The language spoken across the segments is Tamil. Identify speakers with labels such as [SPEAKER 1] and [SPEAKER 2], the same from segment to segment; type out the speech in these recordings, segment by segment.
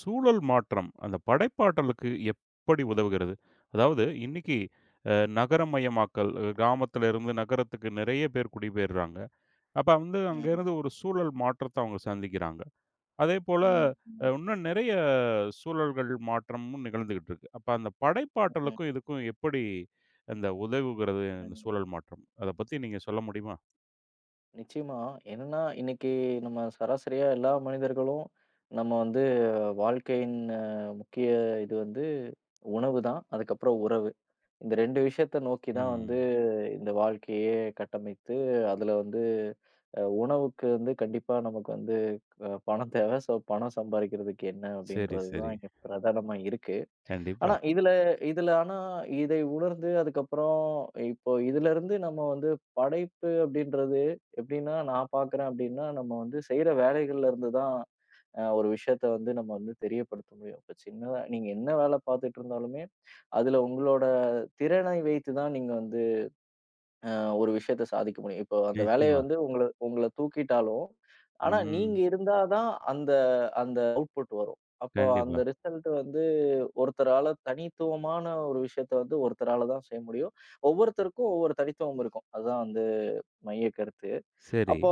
[SPEAKER 1] சூழல் மாற்றம், அந்த படைப்பாற்றலுக்கு எப்படி உதவுகிறது? அதாவது இன்னைக்கு அ நகரமயமாக்கல், கிராமத்துல இருந்து நகரத்துக்கு நிறைய பேர் குடிபெயர்றாங்க. அப்ப வந்து அங்க
[SPEAKER 2] ம்.
[SPEAKER 1] இருந்து ஒரு சூழல் மாற்றத்த அவங்க சந்திக்கிறாங்க. அதேபோல
[SPEAKER 2] ம். ம்.
[SPEAKER 1] இன்னும் நிறைய சூழல்கள் மாற்றமும் நிகழ்ந்துகிட்டு இருக்கு. அப்ப அந்த
[SPEAKER 2] ம்.
[SPEAKER 1] படைப்பாற்றலுக்கும் இதுக்கும் எப்படி அந்த உதவுகிறது இந்த
[SPEAKER 2] ம்.
[SPEAKER 1] சூழல் மாற்றம்? அத பத்தி நீங்க சொல்ல முடியுமா?
[SPEAKER 2] நிச்சயமா. என்னன்னா, இன்னைக்கு நம்ம சராசரியா எல்லா மனிதர்களும் நம்ம வந்து வாழ்க்கையின் முக்கிய இது வந்து உணவு தான். அதுக்கப்புறம் உறவு. இந்த 2 விஷயத்த நோக்கி தான் வந்து
[SPEAKER 1] ம்.
[SPEAKER 2] இந்த வாழ்க்கையே கட்டமைத்து, அதுல வந்து உணவுக்கு வந்து கண்டிப்பா நமக்கு வந்து பணம் தேவை. ஸோ பணம் சம்பாரிக்கிறதுக்கு என்ன
[SPEAKER 1] சரி,
[SPEAKER 2] அப்படின்றது
[SPEAKER 1] சரி.
[SPEAKER 2] தான் இங்க பிரதானமா இருக்கு.
[SPEAKER 1] கண்டிப்பா.
[SPEAKER 2] ஆனா, இதுல இதுல ஆனா இதை உணர்ந்து அதுக்கப்புறம் இப்போ இதிலருந்து நம்ம வந்து படைப்பு அப்படின்றது எப்படின்னா, நான் பார்க்குறேன் அப்படின்னா, நம்ம வந்து செய்ற வேலைகள்ல இருந்து தான் ஒரு விஷயத்த வந்து நம்ம வந்து தெரியப்படுத்த முடியும். இப்ப சின்னதா நீங்க என்ன வேலை பார்த்துட்டு இருந்தாலுமே, அதுல உங்களோட திறனை வைத்து தான் நீங்க வந்து ஒரு விஷயத்த சாதிக்க முடியும். இப்போ அந்த வேலைய
[SPEAKER 1] நிச்சயமா.
[SPEAKER 2] வந்து உங்கள உங்கள தூக்கிட்டாலும், ஆனா நீங்க
[SPEAKER 1] ம்.
[SPEAKER 2] இருந்தா தான் அந்த அந்த அவுட்புட் வரும். அப்போ
[SPEAKER 1] கண்டிப்பா.
[SPEAKER 2] அந்த ரிசல்ட் வந்து ஒருத்தரால தனித்துவமான ஒரு விஷயத்த வந்து ஒருத்தரால தான் செய்ய முடியும். ஒவ்வொருத்தருக்கும் ஒவ்வொரு தனித்துவம் இருக்கும். அதுதான் வந்து மைய கருத்து.
[SPEAKER 1] சரி.
[SPEAKER 2] அப்போ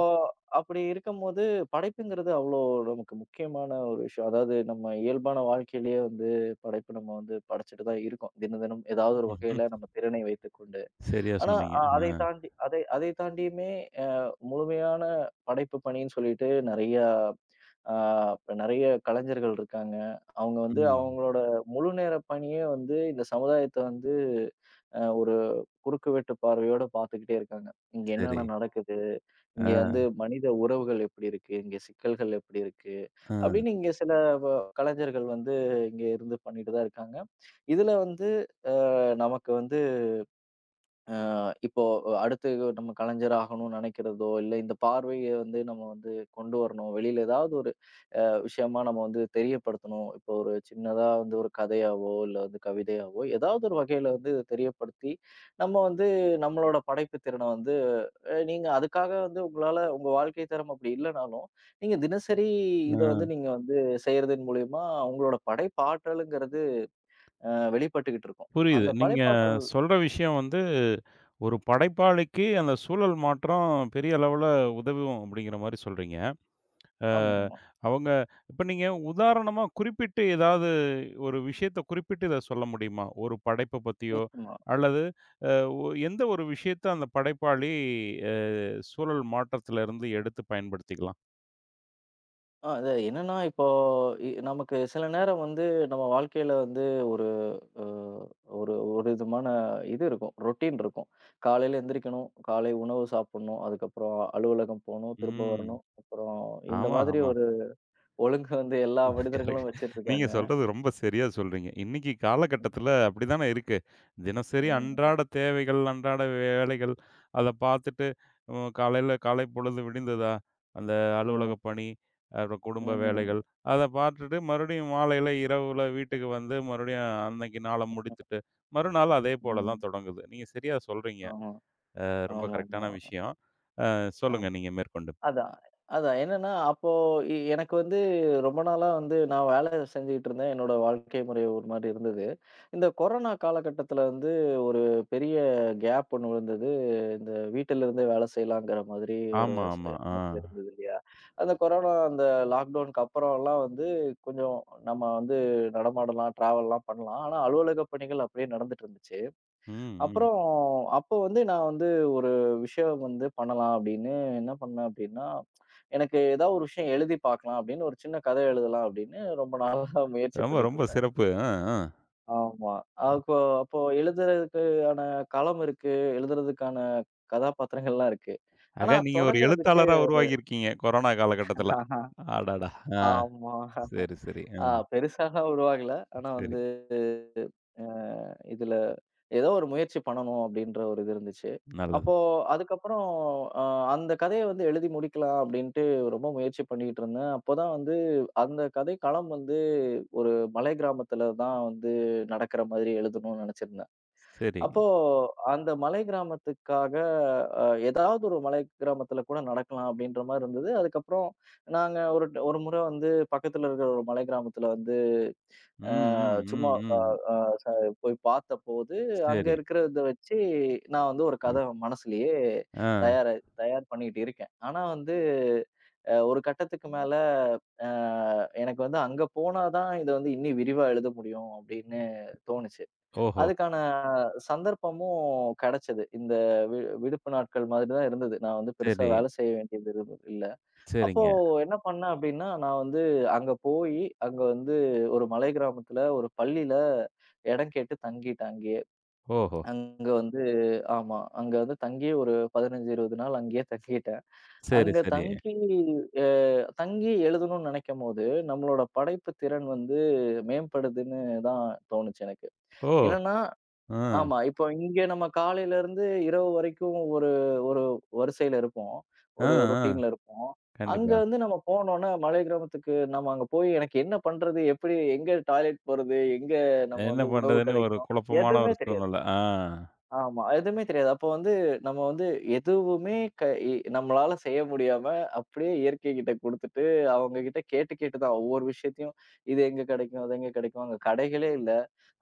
[SPEAKER 2] அப்படி இருக்கும்போது படைப்புங்கிறது அவ்வளோ நமக்கு முக்கியமான ஒரு விஷயம். அதாவது நம்ம இயல்பான வாழ்க்கையிலேயே வந்து படைப்பு நம்ம வந்து படைச்சுட்டு தான் இருக்கோம். தினம் தினம் ஏதாவது ஒரு
[SPEAKER 1] ம்.
[SPEAKER 2] வகையில நம்ம திறனை வைத்துக்கொண்டு.
[SPEAKER 1] சரியா
[SPEAKER 2] ஆனா
[SPEAKER 1] சொன்னீங்க.
[SPEAKER 2] அதை
[SPEAKER 1] ஆ,
[SPEAKER 2] தாண்டி அதை அதை தாண்டியுமே அ முழுமையான படைப்பு பணின்னு சொல்லிட்டு நெறையா ஆ நெறைய கலைஞர்கள் இருக்காங்க. அவங்க வந்து
[SPEAKER 1] ம்.
[SPEAKER 2] அவங்களோட முழு நேர பணியே வந்து இந்த சமுதாயத்த வந்து ஒரு குறுக்கு வெட்டு பார்வையோட பார்த்துக்கிட்டே இருக்காங்க. இங்க
[SPEAKER 1] சரி.
[SPEAKER 2] என்னென்ன நடக்குது?
[SPEAKER 1] ஆ,
[SPEAKER 2] இங்க வந்து மனித உறவுகள் எப்படி இருக்கு? இங்க சிக்கல்கள் எப்படி இருக்கு?
[SPEAKER 1] ஆ,
[SPEAKER 2] அப்படின்னு இங்க சில வ கலைஞர்கள் வந்து இங்க இருந்து பண்ணிட்டு தான் இருக்காங்க. இதுல வந்து நமக்கு வந்து இப்போ அடுத்து நம்ம கலைஞர் ஆகணும்னு நினைக்கிறதோ, இல்ல இந்த பார்வைய வந்து நம்ம வந்து கொண்டு வரணும். வெளியில ஏதாவது ஒரு விஷயமா நம்ம வந்து தெரியப்படுத்தணும். இப்போ ஒரு சின்னதா வந்து ஒரு கதையாவோ, இல்ல வந்து கவிதையாவோ ஏதாவது ஒரு வகையில வந்து இத தெரியப்படுத்தி, நம்ம வந்து நம்மளோட படைப்பு திறன வந்து நீங்க அதுக்காக வந்து உங்களால உங்க வாழ்க்கை தரம் அப்படி இல்லனாலும், நீங்க தினசரி இத வந்து
[SPEAKER 1] ஆ.
[SPEAKER 2] நீங்க வந்து செய்றதன் மூலியமா உங்களோட படைப்பாற்றலுங்கிறது அ வெளிப்பட்டுகிட்டு இருக்கும்.
[SPEAKER 1] புரியுது.
[SPEAKER 2] அந்த
[SPEAKER 1] நீங்க
[SPEAKER 2] படைப்பாற்றல்
[SPEAKER 1] சொல்ற விஷயம் வந்து, ஒரு படைப்பாளிக்கு அந்த சூழல் மாற்றம் பெரிய அளவுல உதவும் அப்படிங்கிற மாரி சொல்றீங்க. அ
[SPEAKER 2] ஆமா, ஆமா.
[SPEAKER 1] அவங்க இப்ப நீங்க உதாரணமா குறிப்பிட்டு ஏதாவது ஒரு விஷயத்த குறிப்பிட்டு இத சொல்ல முடியுமா? ஒரு படைப்ப பத்தியோ,
[SPEAKER 2] நிச்சயமா.
[SPEAKER 1] அல்லது அ ஒ எந்த ஒரு விஷயத்த அந்த படைப்பாளி அ சூழல் மாற்றத்திலிருந்து எடுத்து பயன்படுத்திக்கலாம்?
[SPEAKER 2] அது என்னன்னா, இப்போ நமக்கு சில நேரம் வந்து நம்ம வாழ்க்கையில வந்து ஒரு அ ஒரு ஒரு விதமான இது இருக்கும். ரொட்டீன் இருக்கும். காலையில எந்திரிக்கணும், காலை உணவு சாப்பிடணும், அதுக்கப்புறம் அலுவலகம் போணும், திரும்ப
[SPEAKER 1] ம்.
[SPEAKER 2] வரணும். அப்புறம் இந்த
[SPEAKER 1] ஆமா,
[SPEAKER 2] மாதிரி
[SPEAKER 1] ஆமா.
[SPEAKER 2] ஒரு ஒழுங்கு வந்து எல்லா
[SPEAKER 1] கரெக்ட்.
[SPEAKER 2] மனிதர்களும்
[SPEAKER 1] நீங்க
[SPEAKER 2] வச்சிட்டுருக்காங்க.
[SPEAKER 1] சொல்றது ரொம்ப சரியா சொல்றீங்க. இன்னைக்கு காலகட்டத்தில அப்படித்தானே இருக்கு. தினசரி
[SPEAKER 2] ம்,
[SPEAKER 1] அன்றாட தேவைகள், அன்றாட வேலைகள் அத பார்த்துட்டு ம் காலையில காலை பொழுது விடிந்ததா, அந்த அலுவலக
[SPEAKER 2] ம்,
[SPEAKER 1] பணி, அப்புறம்
[SPEAKER 2] ம்,
[SPEAKER 1] குடும்ப
[SPEAKER 2] ம்,
[SPEAKER 1] வேலைகள் அத பார்த்துட்டு மறுபடியும் மாலையில இரவுல வீட்டுக்கு வந்து மறுபடியும் அன்னைக்கு நாள முடித்துட்டு, மறுநாள் அதே போல தான்
[SPEAKER 2] ம்.
[SPEAKER 1] தொடங்குது. நீங்க சரியா சொல்றீங்க.
[SPEAKER 2] ஆமா,
[SPEAKER 1] ரொம்ப
[SPEAKER 2] ஆமாமா.
[SPEAKER 1] கரெக்ட்டான விஷயம். சொல்லுங்க நீங்க மேற்கொண்டு.
[SPEAKER 2] அதான். அதான். என்னன்னா, அப்போ எனக்கு வந்து ரொம்ப நாளா வந்து நான் வேலை செஞ்சுகிட்டு இருந்தேன். என்னோட வாழ்க்கை முறை ஒரு மாரி இருந்தது. இந்த கொரோனா காலகட்டத்தில வந்து ஒரு பெரிய கேப் ஒண்ணு விழுந்தது. இந்த வீட்டில இருந்தே வேலை செய்யலாங்கிற மாதிரி ஒரு
[SPEAKER 1] ஆமா, ஆமா. ஆ.
[SPEAKER 2] அமைப்பு இருந்தது இல்லையா? அந்த கொரோனா அந்த லாக்டவுனுக்கு அப்புறம்லாம் வந்து கொஞ்சம் நம்ம வந்து நடமாடலாம், டிராவல்லாம் பண்ணலாம். ஆனா அலுவலக பணிகள் அப்படியே நடந்துட்டு இருந்துச்சு.
[SPEAKER 1] ம், ம்.
[SPEAKER 2] அப்புறம் அப்போ வந்து நான் வந்து ஒரு விஷயம் வந்து பண்ணலாம் அப்படின்னு என்ன பண்ணேன் அப்படின்னா, எனக்கு ஏதாவது ஒரு விஷயம் எழுதி பார்க்கலாம் அப்படின்னு, ஒரு சின்ன கதை எழுதலாம் அப்படின்னு ரொம்ப நாளா முயற்சி
[SPEAKER 1] ரொம்ப
[SPEAKER 2] பண்ணிட்டு
[SPEAKER 1] ரொம்ப
[SPEAKER 2] இருந்தேன்.
[SPEAKER 1] சிறப்பு. ஆ, ஆ.
[SPEAKER 2] ஆமா. அப்போ அப்போ எழுதுறதுக்கான களம் இருக்கு, எழுதுறதுக்கான கதாபாத்திரங்கள்லாம் இருக்கு. ஆனா
[SPEAKER 1] ஆக நீங்க ஒரு
[SPEAKER 2] தொடங்குறதுக்கு
[SPEAKER 1] எழுத்தாளரா உருவாகியிருக்கீங்க, கொரோனா காலகட்டத்தில.
[SPEAKER 2] ஆஹா.
[SPEAKER 1] அடடா! ஆ
[SPEAKER 2] ஆமா.
[SPEAKER 1] சரி, சரி. ஆ
[SPEAKER 2] பெருசாலாம் உருவாகல. ஆனா
[SPEAKER 1] சரி.
[SPEAKER 2] வந்து இதுல ஏதோ ஒரு முயற்சி பண்ணணும் அப்படின்ற ஒரு இது இருந்துச்சு.
[SPEAKER 1] நல்லது.
[SPEAKER 2] அப்போ அதுக்கப்புறம் அ அந்த கதைய வந்து எழுதி முடிக்கலாம் அப்படின்ட்டு ரொம்ப முயற்சி பண்ணிட்டு இருந்தேன். அப்போதான் வந்து அந்த கதை களம் வந்து ஒரு மலை கிராமத்துல தான் வந்து நடக்கிற மாதிரி எழுதணும்னு நினைச்சிருந்தேன்.
[SPEAKER 1] சரி.
[SPEAKER 2] அப்போ அந்த மலை கிராமத்துக்காக அ ஏதாவது ஒரு மலை கிராமத்துல கூட நடக்கலாம் அப்படின்ற மாரி இருந்தது. அதுக்கப்புறம் நாங்க ஒரு ஒரு முறை வந்து பக்கத்துல இருக்கிற ஒரு மலை கிராமத்துல வந்து
[SPEAKER 1] ம், ம்,
[SPEAKER 2] சும்மா
[SPEAKER 1] ம், ம்.
[SPEAKER 2] போய் பார்த்தபோது, அங்க
[SPEAKER 1] சரி.
[SPEAKER 2] இருக்கிறத வச்சு நான் வந்து ஒரு
[SPEAKER 1] அ,
[SPEAKER 2] கத மனசுலயே
[SPEAKER 1] ஆ.
[SPEAKER 2] தயாரா தயார் பண்ணிட்டு இருக்கேன். ஆனா வந்து ஒரு கட்டத்துக்கு மேல அ எனக்கு வந்து அங்க போனா தான் இத வந்து இன்னி விரிவா எழுத முடியும் அப்படின்னு தோணுச்சு.
[SPEAKER 1] ஓஹோ!
[SPEAKER 2] அதுக்கான சந்தர்ப்பமும் கெடைச்சது. இந்த விடுப்பு நாட்கள் மாதிரி தான் இருந்தது. நான் வந்து பெருசா
[SPEAKER 1] சரி.
[SPEAKER 2] வேலை செய்ய வேண்டியது இருந்தது இல்ல. அப்போ
[SPEAKER 1] சரிங்க.
[SPEAKER 2] என்ன பண்ணேன் அப்டின்னா, நான் வந்து அங்க போயி, அங்க வந்து ஒரு மலை கிராமத்துல ஒரு பள்ளியில இடம் கேட்டு தங்கிட்டேன் அங்கேயே.
[SPEAKER 1] ஓஹோ!
[SPEAKER 2] அங்க வந்து ஆமா. அங்க வந்து தங்கி ஒரு 15, 20 நாள் அங்கேயே தங்கிட்டேன்.
[SPEAKER 1] சரி,
[SPEAKER 2] அங்க
[SPEAKER 1] சரி.
[SPEAKER 2] தங்கி அ தங்கி எழுதணும்னு நெனைக்கும்போது, நம்மளோட படைப்பு திறன் வந்து மேம்படுதுன்னு தான் தோணுச்சு எனக்கு.
[SPEAKER 1] ஓ!
[SPEAKER 2] என்னன்னா
[SPEAKER 1] ஆ,
[SPEAKER 2] ஆமா. இப்போ இங்க நம்ம காலையிலருந்து இரவு வரைக்கும் ஒரு ஒரு வரிசையில இருப்போம்.
[SPEAKER 1] ஆ,
[SPEAKER 2] ஒரு
[SPEAKER 1] ஆ.
[SPEAKER 2] ரொட்டீன்ல இருப்போம். அங்க
[SPEAKER 1] கண்டிப்பா.
[SPEAKER 2] வந்து நம்ம போனோம்னா, மலை கிராமத்துக்கு நம்ம அங்க போய் எனக்கு என்ன பண்றது? எப்படி எங்க டாய்லெட் போறது? எங்க நம்ம
[SPEAKER 1] என்ன
[SPEAKER 2] வந்து உணவு
[SPEAKER 1] பண்றதுன்னு ஒரு
[SPEAKER 2] கிடைக்கும்?
[SPEAKER 1] குழப்பமான
[SPEAKER 2] எதுவுமே
[SPEAKER 1] ஒரு
[SPEAKER 2] தெரியாது.
[SPEAKER 1] சூழ்நிலை. ஆ,
[SPEAKER 2] ஆமா. எதுவுமே தெரியாது. அப்போ வந்து நம்ம வந்து எதுவுமே க இ நம்மளால செய்ய முடியாம, அப்படியே இயற்கை கிட்ட குடுத்துட்டு, அவங்க கிட்ட கேட்டு கேட்டு தான் ஒவ்வொரு விஷயத்தையும், இது எங்க கிடைக்கும்? அது எங்க கிடைக்கும்? அங்க கடைகளே இல்ல.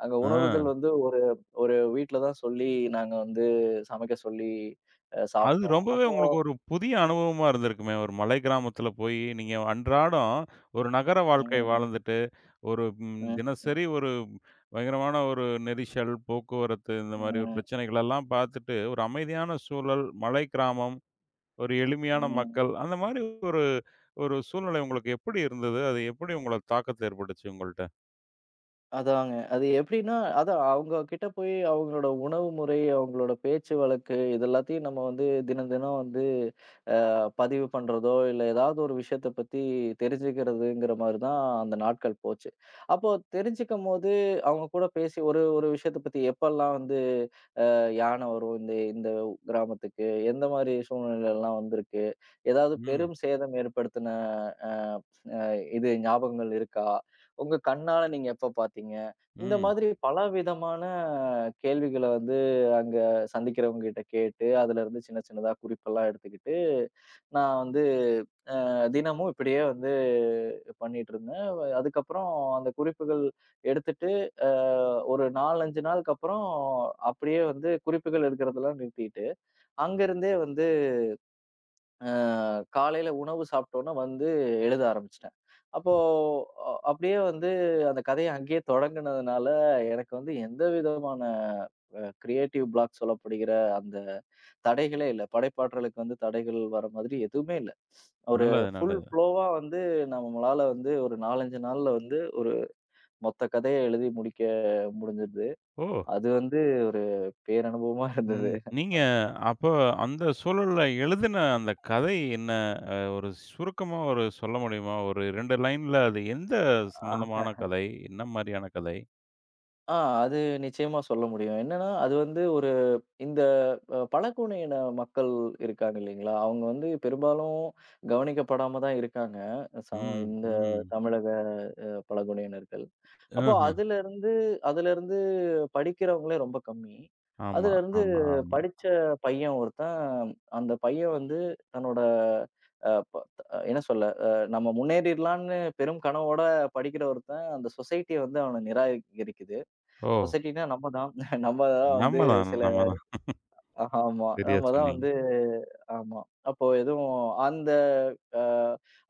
[SPEAKER 2] அங்க
[SPEAKER 1] ஆ.
[SPEAKER 2] உணவுகள் வந்து ஒரு ஒரு வீட்ல தான் சொல்லி நாங்க வந்து சமைக்க சொல்லி
[SPEAKER 1] அது
[SPEAKER 2] சாப்பிட்டோம்.
[SPEAKER 1] ரொம்பவே
[SPEAKER 2] அப்போ
[SPEAKER 1] உங்களுக்கு ஒரு புதிய அனுபவமா இருந்திருக்குமே! ஒரு மலை கிராமத்தில போயி, நீங்க அன்றாடம் ஒரு நகர வாழ்க்கை
[SPEAKER 2] ம்,
[SPEAKER 1] வாழ்ந்துட்டு, ஒரு ம்
[SPEAKER 2] ம்,
[SPEAKER 1] தினசரி ஒரு பயங்கரமான ஒரு நெரிசல், போக்குவரத்து இந்த மாரி ஒரு
[SPEAKER 2] ம்,
[SPEAKER 1] பிரச்சனைகளெல்லாம் பார்த்துட்டு, ஒரு அமைதியான சூழல், மலை கிராமம், ஒரு எளிமையான
[SPEAKER 2] ம்.
[SPEAKER 1] மக்கள், அந்த மாரி ஒரு ஒரு சூழ்நிலை உங்களுக்கு எப்படி இருந்தது? அது எப்படி உங்கள தாக்கத்த ஏற்பட்டுச்சு உங்கள்ட்ட?
[SPEAKER 2] அதாங்க. அது எப்படின்னா, அதான் அவங்க கிட்ட போய் அவங்களோட உணவு முறை, அவங்களோட பேச்சு வழக்கு இது எல்லாத்தையும் நம்ம வந்து தினம் தினம் வந்து அ பதிவு பண்றதோ, இல்ல ஏதாவது ஒரு விஷயத்த பத்தி தெரிஞ்சுக்கிறதுங்கிற மாரி தான் அந்த நாட்கள் போச்சு. அப்போ தெரிஞ்சுக்கும்போது அவங்க கூட பேசி ஒரு ஒரு விஷயத்த பத்தி எப்பல்லாம் வந்து யானை வரும் இந்த இந்த கிராமத்துக்கு. எந்த மாரி சூழ்நிலைலாம் வந்திருக்கு? ஏதாவது
[SPEAKER 1] ம்,
[SPEAKER 2] பெரும் சேதம் ஏற்படுத்தின அ இது ஞாபகங்கள் இருக்கா? உங்க கண்ணால நீங்க எப்ப பார்த்தீங்க? இந்த
[SPEAKER 1] ம்.
[SPEAKER 2] மாதிரி பலவிதமான கேள்விகள வந்து அங்க சந்திக்கிறவங்ககிட்ட கேட்டு, அதுலருந்து சின்ன சின்னதா குறிப்பெல்லாம் எடுத்துக்கிட்டு, நான் வந்து தினமும் இப்படியே வந்து பண்ணிட்டு இருந்தேன். அதுக்கப்புறம் அந்த குறிப்புகள் எடுத்துட்டு, அ ஒரு 4, 5 நாளுக்கு அப்புறம் அப்படியே வந்து குறிப்புகள் எடுக்கிறதெல்லாம் நிறுத்திட்டு, அங்கருந்தே வந்து காலையில உணவு சாப்பிட்டோன வந்து எழுத ஆரம்பிச்சுட்டேன். அப்போ அப்படியே வந்து அந்த கதைய அங்கேயே தொடங்குனதுனால, எனக்கு வந்து எந்த விதமான கிரியேட்டிவ் பிளாக் சொல்லப்படுகிற அந்த தடைகளே இல்ல. படைப்பாற்றலுக்கு வந்து தடைகள் வர மாதிரி எதுவுமே இல்ல. ஒரு
[SPEAKER 1] நல்லது,
[SPEAKER 2] ஃபுல்
[SPEAKER 1] நல்லது.
[SPEAKER 2] ஃப்ளோவா வந்து நம்மளால வந்து ஒரு 4, 5 நாள்ல வந்து ஒரு மொத்த கதைய எழுதி முடிக்க முடிஞ்சுருது.
[SPEAKER 1] ஓ!
[SPEAKER 2] அது வந்து ஒரு பேரனுபவமா இருந்தது.
[SPEAKER 1] ம். நீங்க
[SPEAKER 2] ஆமா.
[SPEAKER 1] அப்ப அந்த சூழல்ல எழுதின அந்த கதை என்ன? ஒரு சுருக்கமா ஒரு சொல்ல முடியுமா? ஒரு 2 லைன்ல அது எந்த
[SPEAKER 2] ஆ
[SPEAKER 1] சம்பந்தமான கதை? என்ன மாரியான கதை?
[SPEAKER 2] ஆ அது நிச்சயமா சொல்ல முடியும். என்னன்னா, அது வந்து ஒரு இந்த பழங்குடியின மக்கள் இருக்காங்க இல்லைங்களா? அவங்க வந்து பெரும்பாலும் கவனிக்கப்படாம தான் இருக்காங்க. ச
[SPEAKER 1] ம்,
[SPEAKER 2] இந்த
[SPEAKER 1] ம்.
[SPEAKER 2] தமிழக பழங்குடியினர்கள். அப்போ
[SPEAKER 1] ம்ஹ்ம்.
[SPEAKER 2] அதிலருந்து அதிலருந்து படிக்கிறவங்களே ரொம்ப கம்மி.
[SPEAKER 1] ஆமா,
[SPEAKER 2] அதிலருந்து
[SPEAKER 1] ஆமா, ஆமா.
[SPEAKER 2] படிச்ச பையன் ஒருத்தன், அந்த பையன் வந்து தன்னோட அ ப என்ன சொல்ல, நம்ம முன்னேறிடலான்னு பெரும் கனவோட படிக்கிற ஒருத்தன், அந்த சொசைட்டி வந்து அவன நிராகரிக்குது.
[SPEAKER 1] ஓ!
[SPEAKER 2] சொசைட்டினா நம்ம தான். நம்ம தான்
[SPEAKER 1] நம்ம
[SPEAKER 2] வந்து
[SPEAKER 1] தான்,
[SPEAKER 2] சில
[SPEAKER 1] நம்ம தான்.
[SPEAKER 2] ஆமா.
[SPEAKER 1] சரியா
[SPEAKER 2] நம்ம தான்
[SPEAKER 1] சொன்னீங்க.
[SPEAKER 2] வந்து ஆமா. அப்போ எதுவும் அந்த அ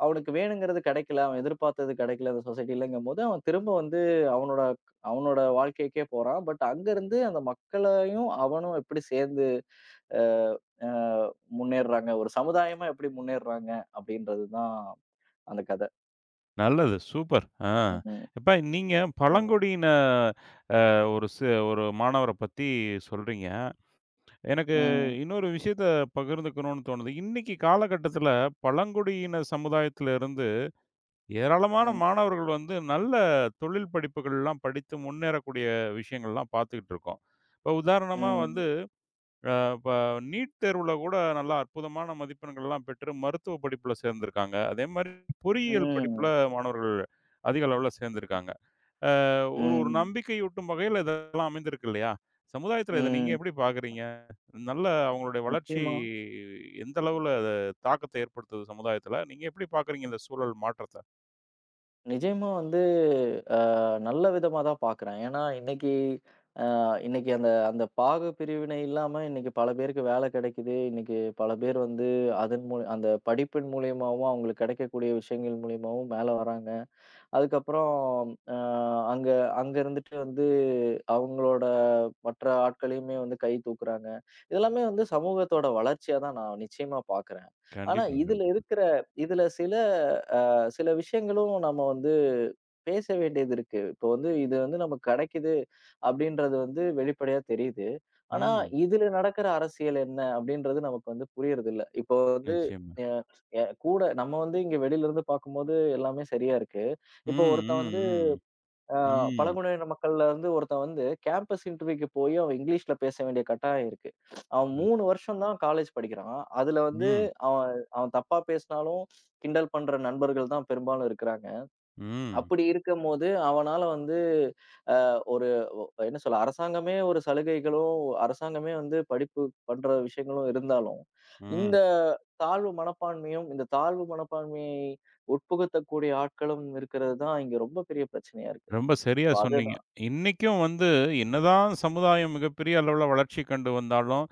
[SPEAKER 2] அவனுக்கு வேணுங்கிறது கிடைக்கல. அவன் எதிர்பார்த்தது கிடைக்கல அந்த சொசைட்டிலங்கும்போது, அவன் திரும்ப வந்து அவனோட அவனோட வாழ்க்கைக்கே போறான். பட் அங்கருந்து அந்த மக்களையும், அவனும் எப்படி சேர்ந்து அ, அ முன்னேறுறாங்க. ஒரு சமுதாயமா எப்படி முன்னேறுறாங்க அப்படின்றது தான் அந்த கதை.
[SPEAKER 1] நல்லது. சூப்பர். ஆ.
[SPEAKER 2] ம். ம்,
[SPEAKER 1] இப்ப நீங்க
[SPEAKER 2] ஆமா.
[SPEAKER 1] பழங்குடியின அ ஒரு சி ஒரு மாணவர பத்தி சொல்றீங்க. எனக்கு
[SPEAKER 2] ம்.
[SPEAKER 1] இன்னொரு விஷயத்த பகிர்ந்துக்கணும்னு தோணுது. இன்னைக்கு காலகட்டத்தில பழங்குடியின சமுதாயத்தில இருந்து ஏராளமான
[SPEAKER 2] ம்.
[SPEAKER 1] மாணவர்கள் வந்து நல்ல தொழில் படிப்புகள்லாம் படித்து முன்னேறக்கூடிய விஷயங்கள்லாம் பார்த்துக்கிட்டு இருக்கோம். இப்போ உதாரணமா வந்து
[SPEAKER 2] ம்.
[SPEAKER 1] இப்ப நீட் தேர்வுல கூட நல்லா அற்புதமான மதிப்பெண்கள்லாம் பெற்று மருத்துவ படிப்புல சேர்ந்திருக்காங்க. அதேமாரி பொறியியல் படிப்புல
[SPEAKER 2] ம்.
[SPEAKER 1] மாணவர்கள் அதிக அளவுல சேர்ந்திருக்காங்க. ஒரு ஒரு
[SPEAKER 2] ம்.
[SPEAKER 1] நம்பிக்கையூட்டும் வகையில இதெல்லாம் அமைந்திருக்கு இல்லையா? சமுதாயத்தில இத நீங்க
[SPEAKER 2] ம்.
[SPEAKER 1] எப்படி பார்க்குறீங்க? நல்ல அவங்களுடைய வளர்ச்சி
[SPEAKER 2] நிச்சயமா.
[SPEAKER 1] எந்த அளவுல அது தாக்கத்த ஏற்படுத்துது சமுதாயத்துல? நீங்க எப்படி பார்க்குறீங்க இந்த சூழல் மாற்றத்த?
[SPEAKER 2] நிஜமா வந்து அ நல்ல விதமா தான் பார்க்குறேன். ஏன்னா இன்னைக்கு அ இன்னைக்கு அந்த அந்த பாகு பிரிவினை இல்லாம இன்னைக்கு பல பேருக்கு வேலை கிடைக்குது. இன்னைக்கு பல பேர் வந்து அதன் மூல அந்த படிப்பின் மூலியமாவும் அவங்களுக்கு கிடைக்கக்கூடிய விஷயங்கள் மூலியமாவும் மேல வராங்க. அதுக்கப்புறம் அ அங்க அங்க இருந்துட்டு வந்து அவங்களோட மற்ற ஆட்களையுமே வந்து கை தூக்குறாங்க. இதெல்லாமே வந்து சமூகத்தோட வளர்ச்சியா தான் நான் நிச்சயமா பார்க்குறேன். ஆனா
[SPEAKER 1] கண்டிப்பா,
[SPEAKER 2] இதுல
[SPEAKER 1] கண்டிப்பா.
[SPEAKER 2] இருக்கிற இதுல சில அ சில விஷயங்களும் நம்ம வந்து பேச வேண்டியது இருக்கு. இப்போ வந்து இது வந்து நமக்கு கிடைக்குது அப்படின்றது வந்து வெளிப்படையா தெரியுது. ஆனா
[SPEAKER 1] ம்.
[SPEAKER 2] இதுல நடக்கிற அரசியல் என்ன அப்படின்றது நமக்கு வந்து புரியறதில்ல. இப்போ வந்து
[SPEAKER 1] நிச்சயமா.
[SPEAKER 2] எ எ கூட நம்ம வந்து இங்க வெளியில இருந்து பார்க்கும்போது எல்லாமே சரியா இருக்கு.
[SPEAKER 1] ம்,
[SPEAKER 2] இப்போ ஒருத்தன் வந்து
[SPEAKER 1] ம்,
[SPEAKER 2] ஆ
[SPEAKER 1] ம், ம்,
[SPEAKER 2] பழங்குடியின மக்கள்ல வந்து ஒருத்தன் வந்து கேம்பஸ் இன்டர்வியூக்கு போய் அவன் இங்கிலீஷ்ல பேச வேண்டிய கட்டாயம் இருக்கு. அவன் 3 வருஷம் தான் காலேஜ் படிக்கிறான். அதுல வந்து
[SPEAKER 1] ம்,
[SPEAKER 2] அவன் அவன் தப்பா பேசினாலும் கிண்டல் பண்ற நண்பர்கள் தான் பெரும்பாலும் இருக்கிறாங்க.
[SPEAKER 1] ம்,
[SPEAKER 2] அப்படி இருக்கும்போது அவனால வந்து அ ஒரு என்ன சொல்ல அரசாங்கமே ஒரு சலுகைகளும், அரசாங்கமே வந்து படிப்பு பண்ற விஷயங்களும் இருந்தாலும்,
[SPEAKER 1] ம்.
[SPEAKER 2] இந்த தாழ்வு மனப்பான்மையும், இந்த தாழ்வு மனப்பான்மையை உட்புகுத்தக்கூடிய ஆட்களும் இருக்கிறது தான் இங்க ரொம்ப பெரிய பிரச்சனையா இருக்கு.
[SPEAKER 1] ரொம்ப சரியா
[SPEAKER 2] இப்ப
[SPEAKER 1] சொன்னீங்க.
[SPEAKER 2] அதுதான்
[SPEAKER 1] இன்னைக்கும் வந்து என்னதான் சமுதாயம் மிகப்பெரிய அளவுல வளர்ச்சி கண்டு வந்தாலும்,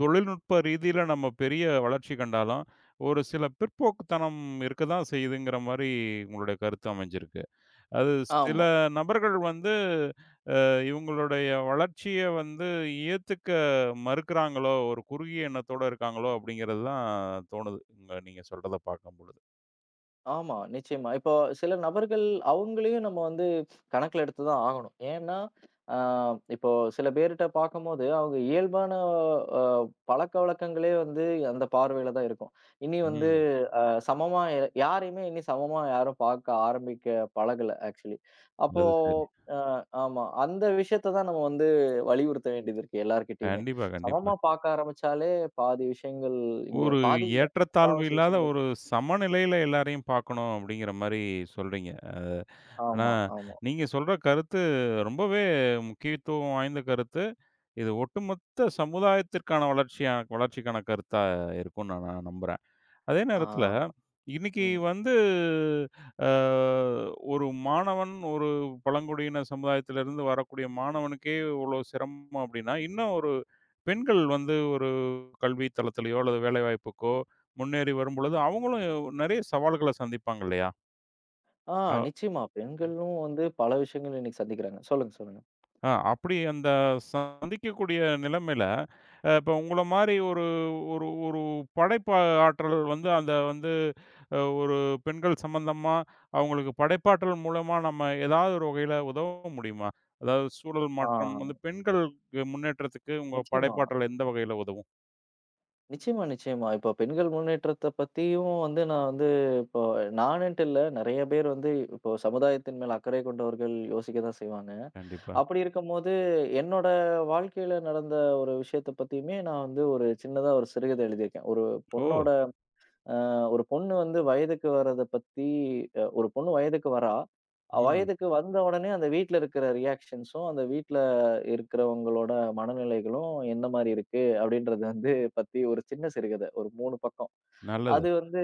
[SPEAKER 1] தொழில்நுட்ப ரீதியில நம்ம பெரிய வளர்ச்சி கண்டாலும், ஒரு சில பிற்போக்குத்தனம் இருக்க தான் செய்யுதுங்கிற மாரி உங்களுடைய கருத்து அமைஞ்சிருக்கு. அது சில
[SPEAKER 2] ஆமா,
[SPEAKER 1] நபர்கள் வந்து இவங்களுடைய வளர்ச்சிய வந்து ஏத்துக்க மறுக்கிறாங்களோ! ஒரு குறுகிய எண்ணத்தோட இருக்காங்களோ! அப்படிங்கிறது தான் தோணுது. உங்க நீங்க சொல்றத பார்க்கும்பொழுது.
[SPEAKER 2] ஆமா. நிச்சயமா. இப்போ சில நபர்கள் அவங்களையும் நம்ம வந்து கணக்குல எடுத்து தான் ஆகணும். ஏன்னா, அ இப்போ சில பேர்ட்ட பார்க்கும்போது அவங்க இயல்பான அ பழக்கவழக்கங்களே வந்து அந்த பார்வையில தான் இருக்கும். இனி வந்து
[SPEAKER 1] ம்.
[SPEAKER 2] சமமா யாரையுமே இனி சமமா யாரும் பார்க்க ஆரம்பிக்க பழகல ஆக்சுவலி. அப்போ
[SPEAKER 1] அது சரி.
[SPEAKER 2] அ ஆமா. அந்த விஷயத்த தான் நம்ம வந்து வலியுறுத்த வேண்டியது இருக்கு எல்லார்கிட்டயுமே.
[SPEAKER 1] கண்டிப்பா, கண்டிப்பா.
[SPEAKER 2] சமமா பார்க்க ஆரம்பிச்சாலே பாதி விஷயங்கள் இங்க
[SPEAKER 1] ஒரு
[SPEAKER 2] பாதி இல்ல.
[SPEAKER 1] ஏற்றத்தாழ்வு
[SPEAKER 2] முக்காவாசி
[SPEAKER 1] இல்லாத
[SPEAKER 2] விஷயங்கள்
[SPEAKER 1] ஒரு சமநிலையில எல்லாரையும் பார்க்கணும் அப்படிங்கிற மாரி சொல்றீங்க. ஆனா,
[SPEAKER 2] ஆமா, ஆமா.
[SPEAKER 1] நீங்க சொல்ற கருத்து ரொம்பவே முக்கியத்துவம் வாய்ந்த கருத்து. இது ஒட்டுமொத்த சமுதாயத்திற்கான வளர்ச்சியா வளர்ச்சிக்கான கருத்தா இருக்கும்னு நான் நம்புறேன். அதே நேரத்துல,
[SPEAKER 2] ஆ,
[SPEAKER 1] இன்னைக்கு
[SPEAKER 2] ம்.
[SPEAKER 1] வந்து அ ஒரு மாணவன் ஒரு பழங்குடியின சமுதாயத்திலிருந்து வரக்கூடிய மாணவனுக்கே இவ்வளோ சிரமம் அப்படின்னா, இன்னும் ஒரு பெண்கள் வந்து ஒரு கல்வி தளத்திலயோ அல்லது வேலைவாய்ப்புக்கோ முன்னேறி வரும்பொழுது, அவங்களும் நிறைய சவால்கள சந்திப்பாங்க இல்லையா?
[SPEAKER 2] ஆ
[SPEAKER 1] அ.
[SPEAKER 2] நிச்சயமா. பெண்களும் வந்து பல விஷயங்கள் இன்னைக்கு சந்திக்கிறாங்க. சொல்லுங்க, சொல்லுங்க.
[SPEAKER 1] ஆ, அப்படி அந்த சந்திக்கக்கூடிய நிலைமையில, இப்ப உங்கள மாரி ஒரு ஒரு ஒரு படைப்பா ஆற்றல் வந்து அந்த வந்து ஒரு பெண்கள் சம்பந்தமா, அவங்களுக்கு படைப்பாற்றல் மூலமா நம்ம ஏதாவது ஒரு வகையில உதவ முடியுமா? அதாவது சூழல்
[SPEAKER 2] ஆ
[SPEAKER 1] மாற்றம் வந்து பெண்களுக்கு முன்னேற்றத்துக்கு உங்க
[SPEAKER 2] நிச்சயமா,
[SPEAKER 1] படைப்பாற்றல் எந்த வகையில உதவும்?
[SPEAKER 2] நிச்சயமா, நிச்சயமா. இப்போ பெண்கள் முன்னேற்றத்த பத்தியும் வந்து நான் வந்து இப்போ நானுன்ட்டு இல்ல. நெறைய பேர் வந்து இப்போ சமுதாயத்தின் மேல் அக்கறை கொண்டவர்கள் யோசிக்க தான் செய்வாங்க.
[SPEAKER 1] கண்டிப்பா.
[SPEAKER 2] அப்படி இருக்கும்போது என்னோட வாழ்க்கையில நடந்த ஒரு விஷயத்த பத்தியுமே நான் வந்து ஒரு சின்னதா ஒரு சிறுகதை எழுதியிருக்கேன். ஒரு
[SPEAKER 1] ஓ!
[SPEAKER 2] பொண்ணோட அ ஒரு பொண்ணு வந்து வயதுக்கு வர்றத பத்தி ஒரு பொண்ணு வயதுக்கு வரா.
[SPEAKER 1] ம்.
[SPEAKER 2] வயதுக்கு வந்த உடனே அந்த வீட்ல இருக்கிற ரியாக்ஷன்ஸும், அந்த வீட்ல இருக்கிறவங்களோட மனநிலைகளும் என்ன மாரி இருக்கு? அப்படின்றது வந்து பத்தி ஒரு சின்ன சிறுகதை. ஒரு 3 பக்கம்.
[SPEAKER 1] நல்லது.
[SPEAKER 2] அது வந்து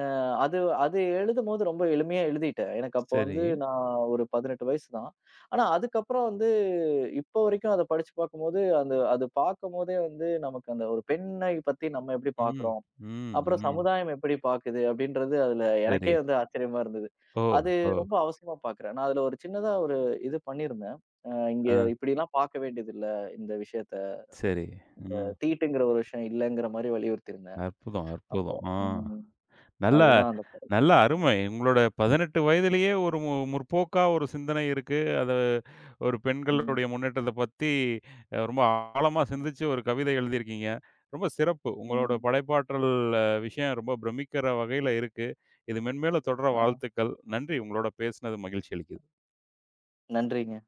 [SPEAKER 2] அ அது அது எழுதும்போது ரொம்ப எளிமையா எழுதிட்டேன். எனக்கு அப்போ
[SPEAKER 1] சரி.
[SPEAKER 2] வந்து நான் ஒரு 18 வயசு தான். ஆனா அதுக்கப்புறம் வந்து இப்போ வரைக்கும் அத படிச்சு பார்க்கும்போது, அந்த அது பார்க்கும்போதே வந்து நமக்கு அந்த ஒரு பெண்ணை பத்தி நம்ம எப்படி
[SPEAKER 1] ம்.
[SPEAKER 2] பார்க்குறோம்?
[SPEAKER 1] ம்.
[SPEAKER 2] அப்புறம்
[SPEAKER 1] ம்.
[SPEAKER 2] சமுதாயம் எப்படி பாக்குது அப்படின்றது அதுல
[SPEAKER 1] சரி.
[SPEAKER 2] எனக்கே வந்து ஆச்சரியமா இருந்தது.
[SPEAKER 1] ஓ!
[SPEAKER 2] அது
[SPEAKER 1] ஓ!
[SPEAKER 2] ரொம்ப அவசியமா பார்க்குறேன். நான் அதுல ஒரு சின்னதா ஒரு இது பண்ணியிருந்தேன். இங்க
[SPEAKER 1] ஆ.
[SPEAKER 2] இப்படிலாம் பார்க்க வேண்டியதில்ல இந்த விஷயத்த.
[SPEAKER 1] சரி. ம்.
[SPEAKER 2] தீட்டுங்கிற ஒரு விஷயம் இல்லங்கிற மாரி வலியுறுத்தியிருந்தேன்.
[SPEAKER 1] அற்புதம்,
[SPEAKER 2] அப்போ
[SPEAKER 1] அற்புதம். ஆ.
[SPEAKER 2] ம்.
[SPEAKER 1] நல்ல
[SPEAKER 2] அதுதான் அந்த படம்.
[SPEAKER 1] நல்ல அருமை. உங்களோட 18 வயதிலேயே ஒரு முற்போக்கா ஒரு சிந்தனை இருக்கு. அது ஒரு பெண்களுடைய
[SPEAKER 2] ம்.
[SPEAKER 1] முன்னேற்றத்த பத்தி ரொம்ப ஆழமா சிந்திச்சு ஒரு கவிதை எழுதியிருக்கீங்க. ரொம்ப சிறப்பு. உங்களோட
[SPEAKER 2] ம்.
[SPEAKER 1] படைப்பாற்றல் விஷயம் ரொம்ப பிரமிக்கிற வகையில இருக்கு. இது மென்மேலும் தொடர
[SPEAKER 2] ஆ.
[SPEAKER 1] வாழ்த்துக்கள். நன்றி. உங்களோட பேசினது மகிழ்ச்சி அளிக்குது.
[SPEAKER 2] நன்றிங்க.